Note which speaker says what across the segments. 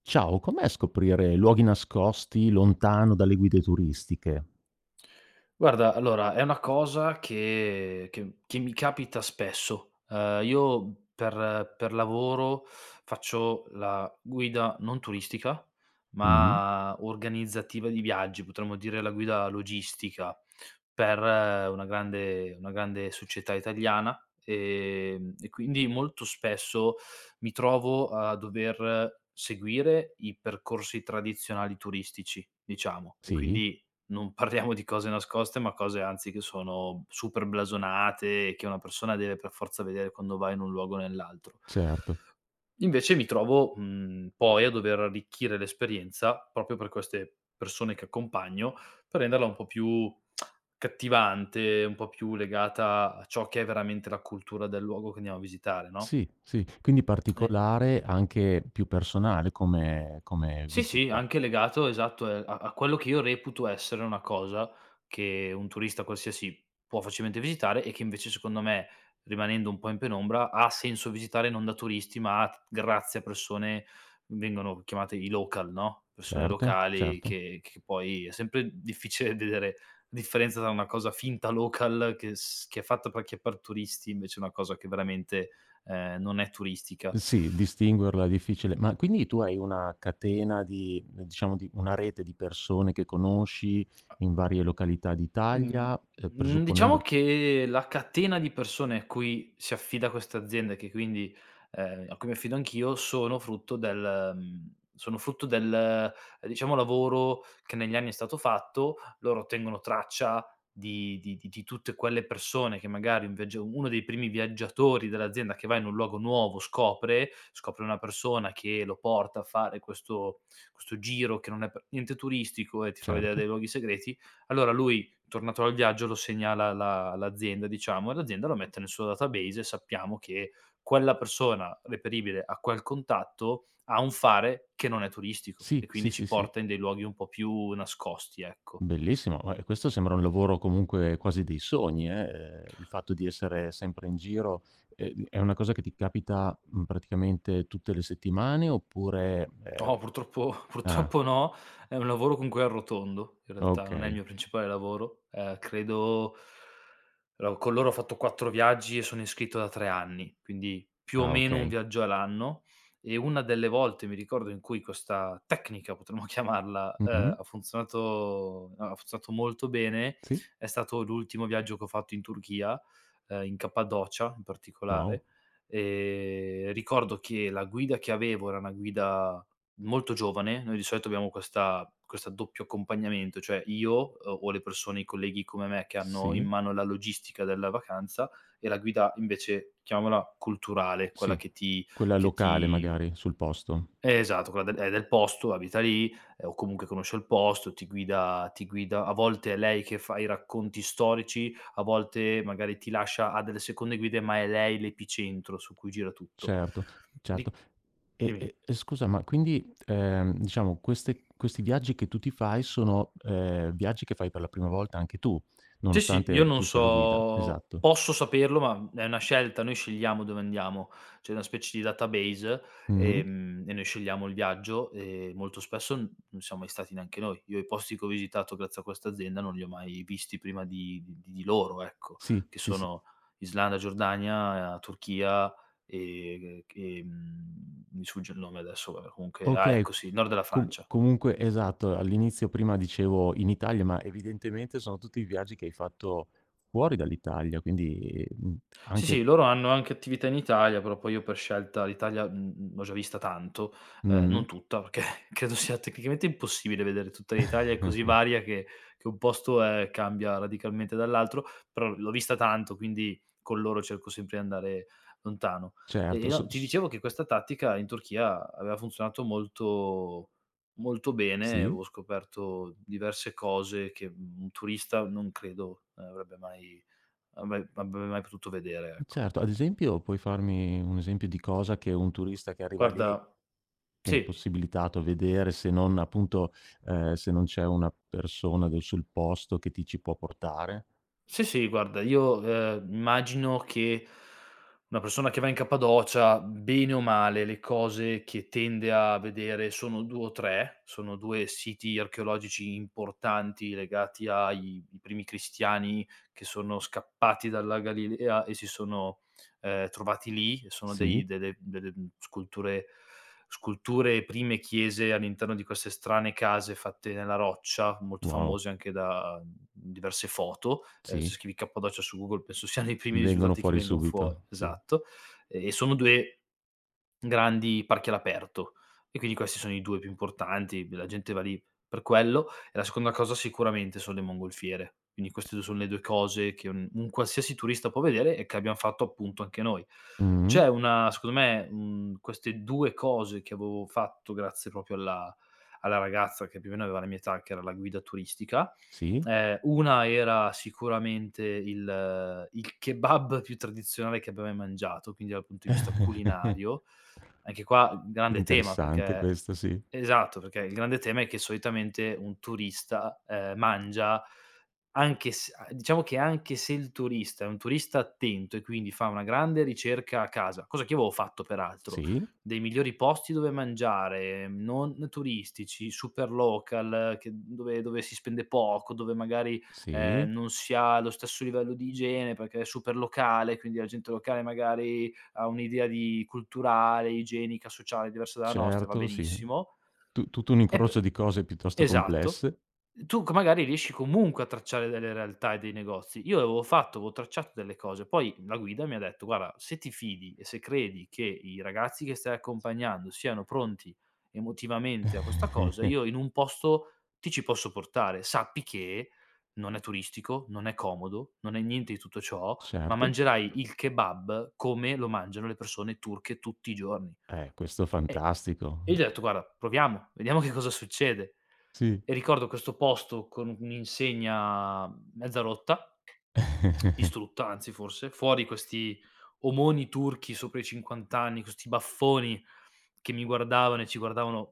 Speaker 1: Ciao, com'è scoprire luoghi nascosti lontano dalle guide turistiche?
Speaker 2: Guarda, allora è una cosa che mi capita spesso. Io per lavoro faccio la guida non turistica,
Speaker 1: Mh-mh.
Speaker 2: ma organizzativa di viaggi, potremmo dire la guida logistica per una grande società italiana, e quindi molto spesso mi trovo a dover seguire i percorsi tradizionali turistici, diciamo, e
Speaker 1: Sì,
Speaker 2: quindi non parliamo di cose nascoste, ma cose anzi che sono super blasonate e che una persona deve per forza vedere quando va in un luogo o nell'altro.
Speaker 1: certo.
Speaker 2: Invece mi trovo, poi a dover arricchire l'esperienza proprio per queste persone che accompagno, per renderla un po' più cattivante, un po' più legata a ciò che è veramente la cultura del luogo che andiamo a visitare, no,
Speaker 1: Sì, sì. Quindi
Speaker 2: e
Speaker 1: particolare, anche più personale come
Speaker 2: Sì, sì,
Speaker 1: visita.
Speaker 2: anche legato, esatto, a quello che io reputo essere una cosa che un turista qualsiasi può facilmente visitare e che invece secondo me, rimanendo un po' in penombra, ha senso visitare non da turisti, ma grazie a persone vengono chiamate i local, no, persone
Speaker 1: Certo,
Speaker 2: locali
Speaker 1: certo.
Speaker 2: che poi è sempre difficile vedere la differenza tra una cosa finta local che è fatta perché per turisti, invece una cosa che veramente, non è turistica.
Speaker 1: Sì, distinguerla è difficile. Ma quindi tu hai una catena di, diciamo, di una rete di persone che conosci in varie località
Speaker 2: Mhmm,
Speaker 1: d'Italia,
Speaker 2: diciamo
Speaker 1: presupponendo.
Speaker 2: che la catena di persone a cui si affida questa azienda e che quindi a cui mi affido anch'io, sono frutto del, sono frutto del, diciamo, lavoro che negli anni è stato fatto. Loro tengono traccia di tutte quelle persone che magari un viaggia uno dei primi viaggiatori dell'azienda che va in un luogo nuovo scopre, scopre una persona che lo porta a fare questo giro che non è per niente turistico e ti fa vedere dei
Speaker 1: Certo.
Speaker 2: luoghi segreti. Allora lui Tornato dal viaggio lo segnala la l'azienda, diciamo, e l'azienda lo mette nel suo database, e sappiamo che quella persona reperibile a quel contatto ha un fare che non è turistico e
Speaker 1: Sì, sì,
Speaker 2: quindi ci
Speaker 1: sì, sì.
Speaker 2: porta in dei luoghi un po' più nascosti, ecco.
Speaker 1: Bellissimo, ma, questo sembra un lavoro comunque quasi dei sogni, il fatto di essere sempre in giro, è una cosa che ti capita, praticamente tutte le settimane oppure. È u
Speaker 2: No, purtroppo
Speaker 1: Ah,
Speaker 2: purtroppo no. È un lavoro con cui arrotondo, in realtà, non è il
Speaker 1: okay.
Speaker 2: mio principale lavoro. Credo lo con loro ho fatto 4 viaggi e sono iscritto da 3 anni, quindi più o
Speaker 1: Ah,
Speaker 2: meno 1
Speaker 1: okay.
Speaker 2: viaggio all'anno. E una delle volte, mi ricordo, in cui questa tecnica, potremmo chiamarla,
Speaker 1: Mh-mh.
Speaker 2: ha funzionato molto bene,
Speaker 1: Sì.
Speaker 2: è stato l'ultimo viaggio che ho fatto in Turchia, in Cappadocia in
Speaker 1: Wow.
Speaker 2: particolare. Ricordo che la guida che avevo era una guida molto giovane. Noi di solito abbiamo questa doppio accompagnamento, cioè io o le persone, i colleghi come me che hanno in
Speaker 1: Sì,
Speaker 2: mano la logistica della vacanza, e la guida invece, chiamiamola culturale, quella
Speaker 1: sì,
Speaker 2: che ti
Speaker 1: quella
Speaker 2: che
Speaker 1: locale
Speaker 2: ti
Speaker 1: magari, sul posto.
Speaker 2: eh, esatto, quella del è del posto, abita lì, o comunque conosce il posto, ti guida. A volte è lei che fa i racconti storici, a volte magari ti lascia a delle seconde guide, ma è lei l'epicentro su cui gira tutto.
Speaker 1: Certo, certo.
Speaker 2: Ric
Speaker 1: E
Speaker 2: Dimmi.
Speaker 1: e e scusa, ma quindi, diciamo queste questi viaggi che tu ti fai sono, viaggi che fai per la prima volta anche tu,
Speaker 2: Sì, sì, io
Speaker 1: nonostante
Speaker 2: non
Speaker 1: tu sia la guida,
Speaker 2: so
Speaker 1: esatto.
Speaker 2: posso saperlo, ma è una scelta, noi scegliamo dove andiamo. C'è una specie di database,
Speaker 1: Mh-mh.
Speaker 2: e noi scegliamo il viaggio, e molto spesso n non siamo mai stati neanche noi. Io i posti che ho visitato grazie a questa azienda non li ho mai visti prima di loro, ecco,
Speaker 1: Sì,
Speaker 2: che
Speaker 1: sì, sì.
Speaker 2: sono Islanda, Giordania, Turchia e, mi sfugge il nome adesso, vabbè, comunque, ah
Speaker 1: Okay,
Speaker 2: ecco sì, il nord
Speaker 1: co
Speaker 2: della
Speaker 1: com
Speaker 2: Francia.
Speaker 1: comunque esatto, all'inizio prima dicevo in Italia, ma evidentemente sono tutti i viaggi che hai fatto fuori dall'Italia, quindi,
Speaker 2: Sì,
Speaker 1: anche.
Speaker 2: sì, loro hanno anche attività in Italia, però poi io per scelta l'Italia, l'ho già vista tanto,
Speaker 1: Mh-mh.
Speaker 2: non tutta, perché credo sia tecnicamente impossibile vedere tutta l'Italia, è così varia che un posto, cambia radicalmente dall'altro, però l'ho vista tanto, quindi con loro cerco sempre di andare lontano. E
Speaker 1: Certo,
Speaker 2: no,
Speaker 1: so
Speaker 2: ti
Speaker 1: s
Speaker 2: dicevo che questa tattica in Turchia aveva funzionato molto bene,
Speaker 1: sì?
Speaker 2: avevo scoperto diverse cose che un turista non credo avrebbe mai avrei mai potuto vedere, ecco.
Speaker 1: Certo, ad esempio puoi farmi un esempio di cosa che un turista che arriva lì
Speaker 2: Guarda
Speaker 1: è
Speaker 2: sì,
Speaker 1: impossibilitato a vedere se non appunto, se non c'è una persona del sul posto che ti ci può portare?
Speaker 2: Sì, sì, guarda, io, immagino che una persona che va in Cappadocia, bene o male, le cose che tende a vedere sono 2 o 3, sono 2 siti archeologici importanti legati ai i primi cristiani che sono scappati dalla Galilea e si sono, trovati lì, e sono dei
Speaker 1: Sì?
Speaker 2: delle delle, sculture e prime chiese all'interno di queste strane case fatte nella roccia, molto
Speaker 1: Wow,
Speaker 2: famose anche da diverse foto. Eh, se
Speaker 1: sì,
Speaker 2: scrivi Cappadocia su Google penso siano i primi
Speaker 1: vengono
Speaker 2: risultati che
Speaker 1: fuori
Speaker 2: vengono fuori,
Speaker 1: subito, sì.
Speaker 2: esatto. E sono due grandi parchi all'aperto, e quindi questi sono i 2 più importanti, la gente va lì per quello. E la seconda cosa sicuramente sono le mongolfiere. Quindi queste 2 sono le 2 cose che un qualsiasi turista può vedere e che abbiam fatto appunto anche noi.
Speaker 1: Mh,
Speaker 2: C'è una Secondo me, queste 2 cose che avevo fatto grazie proprio alla ragazza che più o meno aveva la mia età, che era la guida turistica,
Speaker 1: sì.
Speaker 2: una era sicuramente il kebab più tradizionale che abbia mai mangiato, quindi dal punto di vista culinario. Anche qua grande tema,
Speaker 1: Interessante
Speaker 2: perché
Speaker 1: questo, sì.
Speaker 2: esatto, perché il grande tema è che solitamente un turista, mangia anche s a diciamo che anche se il turista è un turista attento e quindi fa una grande ricerca a casa, cosa che io avevo fatto peraltro,
Speaker 1: Sì,
Speaker 2: dei migliori posti dove mangiare, non turistici, super local, che dove si spende poco, dove magari,
Speaker 1: sì,
Speaker 2: non si ha lo stesso livello di igiene perché è super locale, quindi la gente locale magari ha un'idea di culturale, igienica, sociale diversa dalla nostra, va
Speaker 1: certo, sì.
Speaker 2: benissimo.
Speaker 1: Tu tutto un
Speaker 2: E
Speaker 1: incrocio
Speaker 2: p
Speaker 1: di cose piuttosto
Speaker 2: Esatto.
Speaker 1: complesse.
Speaker 2: Tu c Magari riesci comunque a tracciare delle realtà e dei negozi. Io avevo tracciato delle cose, poi la guida mi ha detto: "Guarda, se ti fidi e se credi che i ragazzi che stai accompagnando siano pronti emotivamente a questa cosa, io in un posto ti ci posso portare. Sappi che non è turistico, non è comodo, non è niente di tutto ciò, ma
Speaker 1: Certo.
Speaker 2: mangerai il kebab come lo mangiano le persone turche tutti i giorni".
Speaker 1: Questo è
Speaker 2: E
Speaker 1: fantastico.
Speaker 2: e io gli ho detto: "Guarda, proviamo, vediamo che cosa succede".
Speaker 1: Sì.
Speaker 2: E ricordo questo posto con un'insegna mezza rotta, distrutta anzi forse, fuori questi omoni turchi sopra i 50 anni, con 'sti baffoni che mi guardavano e ci guardavano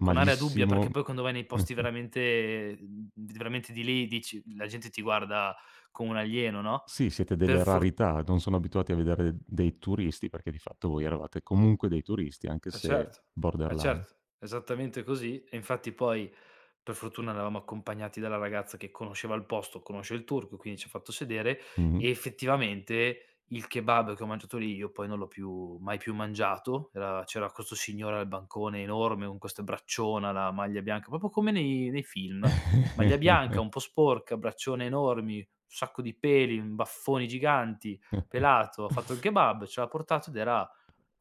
Speaker 2: con aria dubbia, perché poi quando vai nei posti veramente veramente di lì dici la gente ti guarda come un alieno, no,
Speaker 1: Sì, siete
Speaker 2: per
Speaker 1: delle
Speaker 2: for
Speaker 1: rarità, non sono abituati a vedere dei turisti, perché di fatto voi eravate comunque dei turisti, anche
Speaker 2: eh
Speaker 1: se
Speaker 2: certo,
Speaker 1: borderline.
Speaker 2: certo, esattamente così. E infatti poi per fortuna eravamo accompagnati dalla ragazza che conosceva il posto, conosce il turco, quindi ci ha fatto sedere,
Speaker 1: Mh-mh.
Speaker 2: e effettivamente il kebab che ho mangiato lì io poi non l'ho più mai più mangiato. Era C'era questo signore al bancone enorme con queste bracciona, la maglia bianca, proprio come nei film. Maglia bianca, un po' sporca, braccione enormi, un sacco di peli, baffoni giganti, pelato, ha fatto il kebab, ce l'ha portato, ed era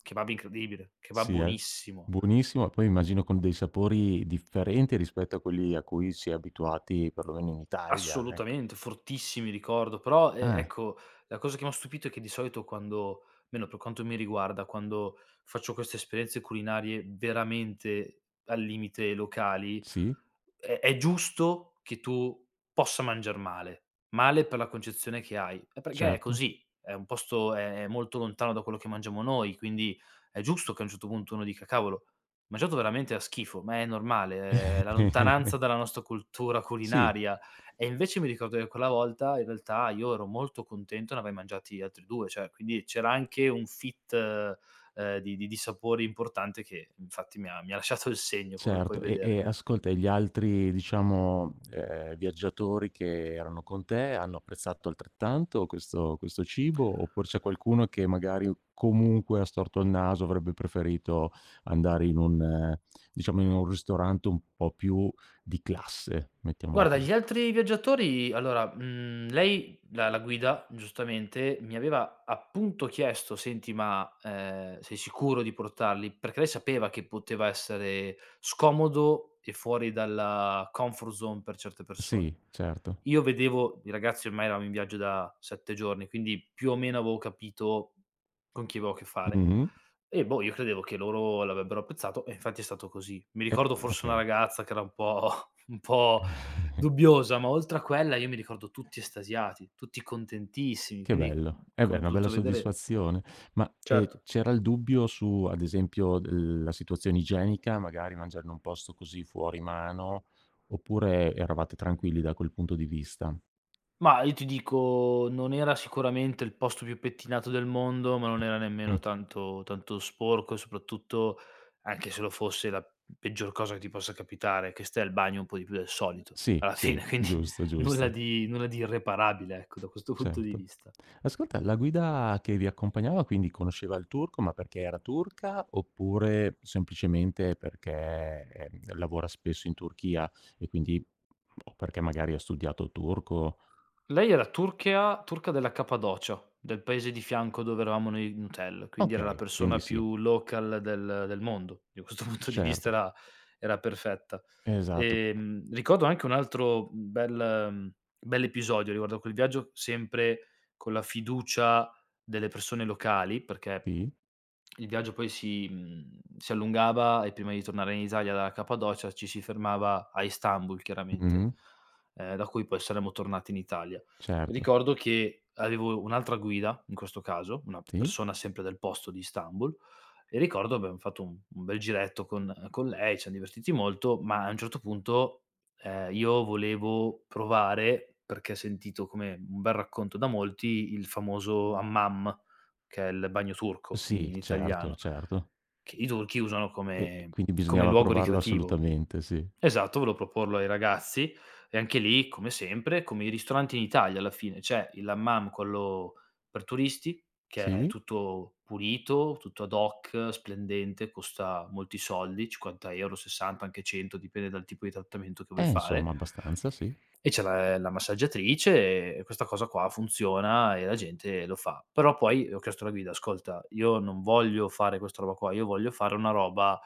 Speaker 2: kebab incredibile, kebab
Speaker 1: Sì, eh.
Speaker 2: buonissimo,
Speaker 1: Buonissimo, e poi immagino con dei sapori differenti rispetto a quelli a cui si è abituati perlomeno in Italia, ecco.
Speaker 2: assolutamente, fortissimi ricordo, però, e
Speaker 1: Ah,
Speaker 2: ecco, la cosa che m'ha stupito è che di solito quando, almeno per quanto mi riguarda, quando faccio queste esperienze culinarie veramente al limite locali,
Speaker 1: sì,
Speaker 2: È giusto che tu possa mangiar male, male per la concezione che hai. È perché è
Speaker 1: certo.
Speaker 2: così, è un posto è molto lontano da quello che mangiamo noi, quindi è giusto che a un certo punto uno dica: "Cavolo, ho mangiato veramente a schifo", ma è normale, è la lontananza dalla nostra cultura
Speaker 1: Sì.
Speaker 2: culinaria. E invece mi ricordo che quella volta in realtà io ero molto contento, ne aveai mangiati altri 2, cioè quindi c'era anche un fit, di sapori importante che infatti mi ha lasciato il segno, come puoi
Speaker 1: Certo, e
Speaker 2: vedere.
Speaker 1: e ascolta, e gli altri diciamo, viaggiatori che erano con te hanno apprezzato altrettanto questo cibo, oppure c'è qualcuno che magari comunque ha storto il naso, avrebbe preferito andare in un diciamo in un ristorante un po' più di classe, mettiamola
Speaker 2: Guarda,
Speaker 1: così.
Speaker 2: gli altri viaggiatori allora, lei la guida, giustamente, mi aveva appunto chiesto: "Senti, ma, sei sicuro di portarli?" Perché lei sapeva che poteva essere scomodo e fuori dalla comfort zone per certe persone.
Speaker 1: Sì, certo.
Speaker 2: Io vedevo i ragazzi, ormai eravamo in viaggio da 7 giorni, quindi più o meno avevo capito con chi avevo a che fare,
Speaker 1: Mh-mh.
Speaker 2: e boh, io credevo che loro l'avrebbero apprezzato, e infatti è stato così. Mi
Speaker 1: E
Speaker 2: ricordo forse una
Speaker 1: okay.
Speaker 2: ragazza che era un po' un po' dubbiosa, ma oltre a quella io mi ricordo tutti estasiati, tutti contentissimi,
Speaker 1: Che
Speaker 2: quindi,
Speaker 1: bello. Eh beh,
Speaker 2: come
Speaker 1: è
Speaker 2: hai
Speaker 1: una bella
Speaker 2: potuto vedere
Speaker 1: soddisfazione. Ma,
Speaker 2: certo.
Speaker 1: c'era il dubbio su, ad esempio, l la situazione igienica, magari mangiare in un posto così fuori mano, oppure eravate tranquilli da quel punto di vista?
Speaker 2: Ma io ti dico, non era sicuramente il posto più pettinato del mondo, ma non era
Speaker 1: Mh.
Speaker 2: nemmeno tanto sporco, e soprattutto, anche se lo fosse, la peggior cosa che ti possa capitare è che stai al bagno un po' di più del solito
Speaker 1: Sì,
Speaker 2: alla
Speaker 1: sì,
Speaker 2: fine, quindi
Speaker 1: giusto, giusto.
Speaker 2: nulla di irreparabile, ecco, da questo punto di
Speaker 1: Certo.
Speaker 2: vista.
Speaker 1: Ascolta, la guida che vi accompagnava quindi conosceva il turco, ma perché era turca, oppure semplicemente perché, lavora spesso in Turchia e quindi o perché magari ha studiato turco?
Speaker 2: Lei era turchea turca della Cappadocia, del paese di fianco dove eravamo noi in hotel, quindi era la
Speaker 1: Okay,
Speaker 2: persona
Speaker 1: quindi sì,
Speaker 2: più local del mondo. Da questo punto di vista
Speaker 1: certo,
Speaker 2: era perfetta.
Speaker 1: esatto,
Speaker 2: Ricordo anche un altro mhmm, bell'episodio riguardo a quel viaggio, sempre con la fiducia delle persone locali, perché
Speaker 1: sì,
Speaker 2: il viaggio poi si allungava e prima di tornare in Italia dalla Cappadocia ci si fermava a Istanbul chiaramente,
Speaker 1: mh-mh,
Speaker 2: da cui poi saremmo tornati in Italia.
Speaker 1: certo,
Speaker 2: Ricordo che avevo un'altra guida, in questo caso, una
Speaker 1: sì,
Speaker 2: persona sempre del posto di Istanbul, e ricordo abbiam fatto un bel giretto con lei, ci siam divertiti molto, ma a un certo punto, io volevo provare, perché sentito come un bel racconto da molti, il famoso hammam che è il bagno turco
Speaker 1: sì,
Speaker 2: in
Speaker 1: certo,
Speaker 2: italiano,
Speaker 1: certo.
Speaker 2: che i turchi usano
Speaker 1: E
Speaker 2: come
Speaker 1: quindi
Speaker 2: come
Speaker 1: bisognava
Speaker 2: luogo
Speaker 1: provarlo
Speaker 2: ricreativo.
Speaker 1: assolutamente, sì.
Speaker 2: Esatto, volevo proporlo ai ragazzi e anche lì, come sempre, come i ristoranti in Italia alla fine, c'è il hammam, quello per turisti, che è
Speaker 1: Sì?
Speaker 2: tutto pulito, tutto ad hoc, splendente, costa molti soldi, 50 €, 60, anche 100, dipende dal tipo di trattamento che vuoi fare.
Speaker 1: Insomma abbastanza, sì.
Speaker 2: E c'è la massaggiatrice e questa cosa qua funziona e la gente lo fa. Però poi ho chiesto alla guida: "Ascolta, io non voglio fare questa roba qua, io voglio fare una roba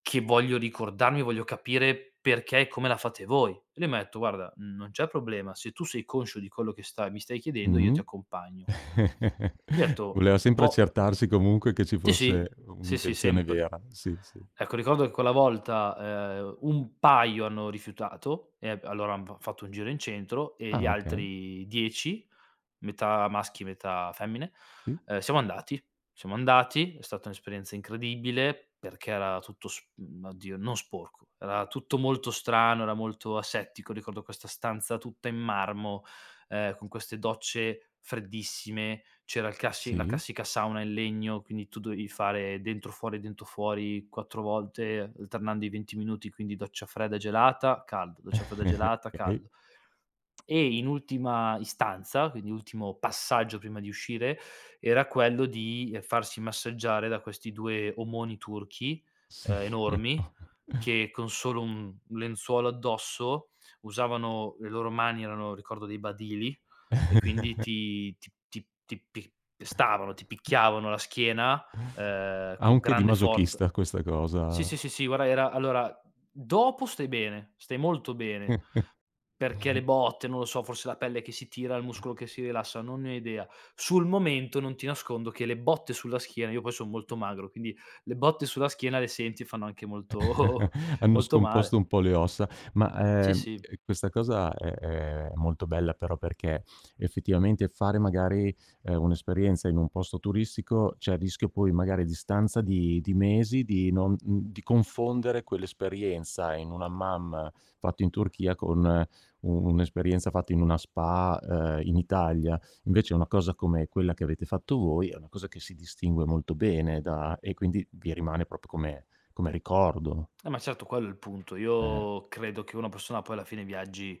Speaker 2: che voglio ricordarmi, voglio capire perché e come la fate voi". E lei m'ha detto: "Guarda, non c'è problema, se tu sei conscio di quello che sta mi stai chiedendo, io ti
Speaker 1: Mh-mh.
Speaker 2: accompagno". Gli ho detto:
Speaker 1: Voleva sempre
Speaker 2: "Vo".
Speaker 1: accertarsi comunque che ci
Speaker 2: Sì,
Speaker 1: fosse
Speaker 2: sì, sì, sì,
Speaker 1: un'intenzione
Speaker 2: sempre.
Speaker 1: vera, sì, sì.
Speaker 2: Ecco, ricordo che quella volta, un paio hanno rifiutato e ab allora han fa fatto un giro in centro e gli
Speaker 1: Ah, okay,
Speaker 2: altri 10, metà maschi, metà femmine,
Speaker 1: sì,
Speaker 2: siamo andati. Siamo andati, è stata un'esperienza incredibile perché era tutto oddio, non sporco, era tutto molto strano, era molto asettico. Ricordo questa stanza tutta in marmo, con queste docce freddissime, c'era il classi la
Speaker 1: sì,
Speaker 2: classica sauna in legno, quindi tu dovevi fare dentro fuori 4 volte, alternando i 20 minuti, quindi doccia fredda, gelata, caldo, doccia fredda, gelata,
Speaker 1: okay,
Speaker 2: caldo. E in ultima istanza, quindi ultimo passaggio prima di uscire, era quello di farsi massaggiare da questi 2 omoni turchi,
Speaker 1: sì,
Speaker 2: enormi, che con solo un lenzuolo addosso usavano le loro mani, erano ricordo dei badili, e quindi ti picchiavano la schiena,
Speaker 1: ha
Speaker 2: con
Speaker 1: un che di
Speaker 2: grande forza.
Speaker 1: masochista questa
Speaker 2: Sì,
Speaker 1: cosa.
Speaker 2: sì, sì, sì, guarda, era allora, dopo stai bene, stai molto bene. Perché le botte, non lo so, forse la pelle che si tira, il muscolo che si rilassa, non ne ho idea. Sul momento non ti nascondo che le botte sulla schiena, io poi son molto magro, quindi le botte sulla schiena le senti e fanno anche molto
Speaker 1: Hanno
Speaker 2: molto
Speaker 1: scomposto
Speaker 2: male.
Speaker 1: un po' le ossa, ma,
Speaker 2: Sì, sì.
Speaker 1: questa cosa è molto bella però perché effettivamente fare magari, un'esperienza in un posto turistico, c'è il rischio poi magari a distanza di mesi di non di confondere quell'esperienza in un hammam fatto in Turchia con u un'esperienza fatta in una spa, in Italia. Invece una cosa come quella che avete fatto voi è una cosa che si distingue molto bene da e quindi vi rimane proprio come ricordo.
Speaker 2: Ma certo, quello è il punto.
Speaker 1: Eh,
Speaker 2: Io credo che una persona poi alla fine viaggi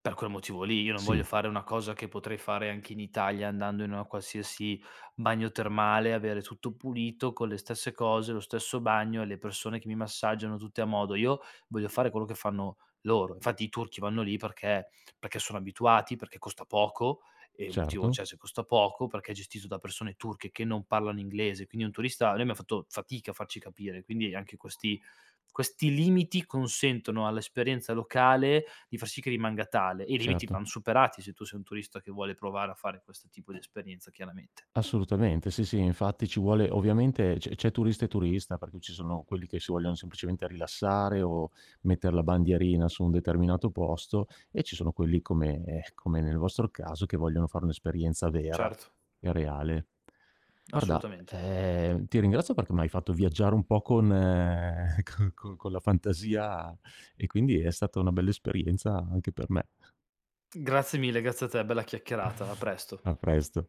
Speaker 2: per quel motivo lì. Io non voglio
Speaker 1: sì,
Speaker 2: fare una cosa che potrei fare anche in Italia andando in una qualsiasi bagno termale, avere tutto pulito con le stesse cose, lo stesso bagno e le persone che mi massaggiano tutte a modo. Io voglio fare quello che fanno loro. Infatti i turchi vanno lì perché, sono abituati, perché costa poco e un motivo
Speaker 1: certo,
Speaker 2: c'è se costa poco, perché è gestito da persone turche che non parlano inglese, quindi un turista, noi abbiamo fatto fatica a farci capire, quindi anche questi limiti consentono all'esperienza locale di far sì che rimanga tale, e i limiti
Speaker 1: certo.
Speaker 2: vanno superati se tu sei un turista che vuole provare a fare questo tipo di esperienza chiaramente.
Speaker 1: Assolutamente, sì, sì, infatti ci vuole ovviamente c'è turista e turista, perché ci sono quelli che si vogliono semplicemente rilassare o metter la bandierina su un determinato posto e ci sono quelli come nel vostro caso, che vogliono fare un'esperienza vera
Speaker 2: Certo,
Speaker 1: e reale. Guarda,
Speaker 2: assolutamente.
Speaker 1: ti ringrazio perché m'hai fatto viaggiare un po' con co co con la fantasia e quindi è stata una bella esperienza anche per me.
Speaker 2: Grazie mille, grazie a te, bella chiacchierata, a presto.
Speaker 1: A presto.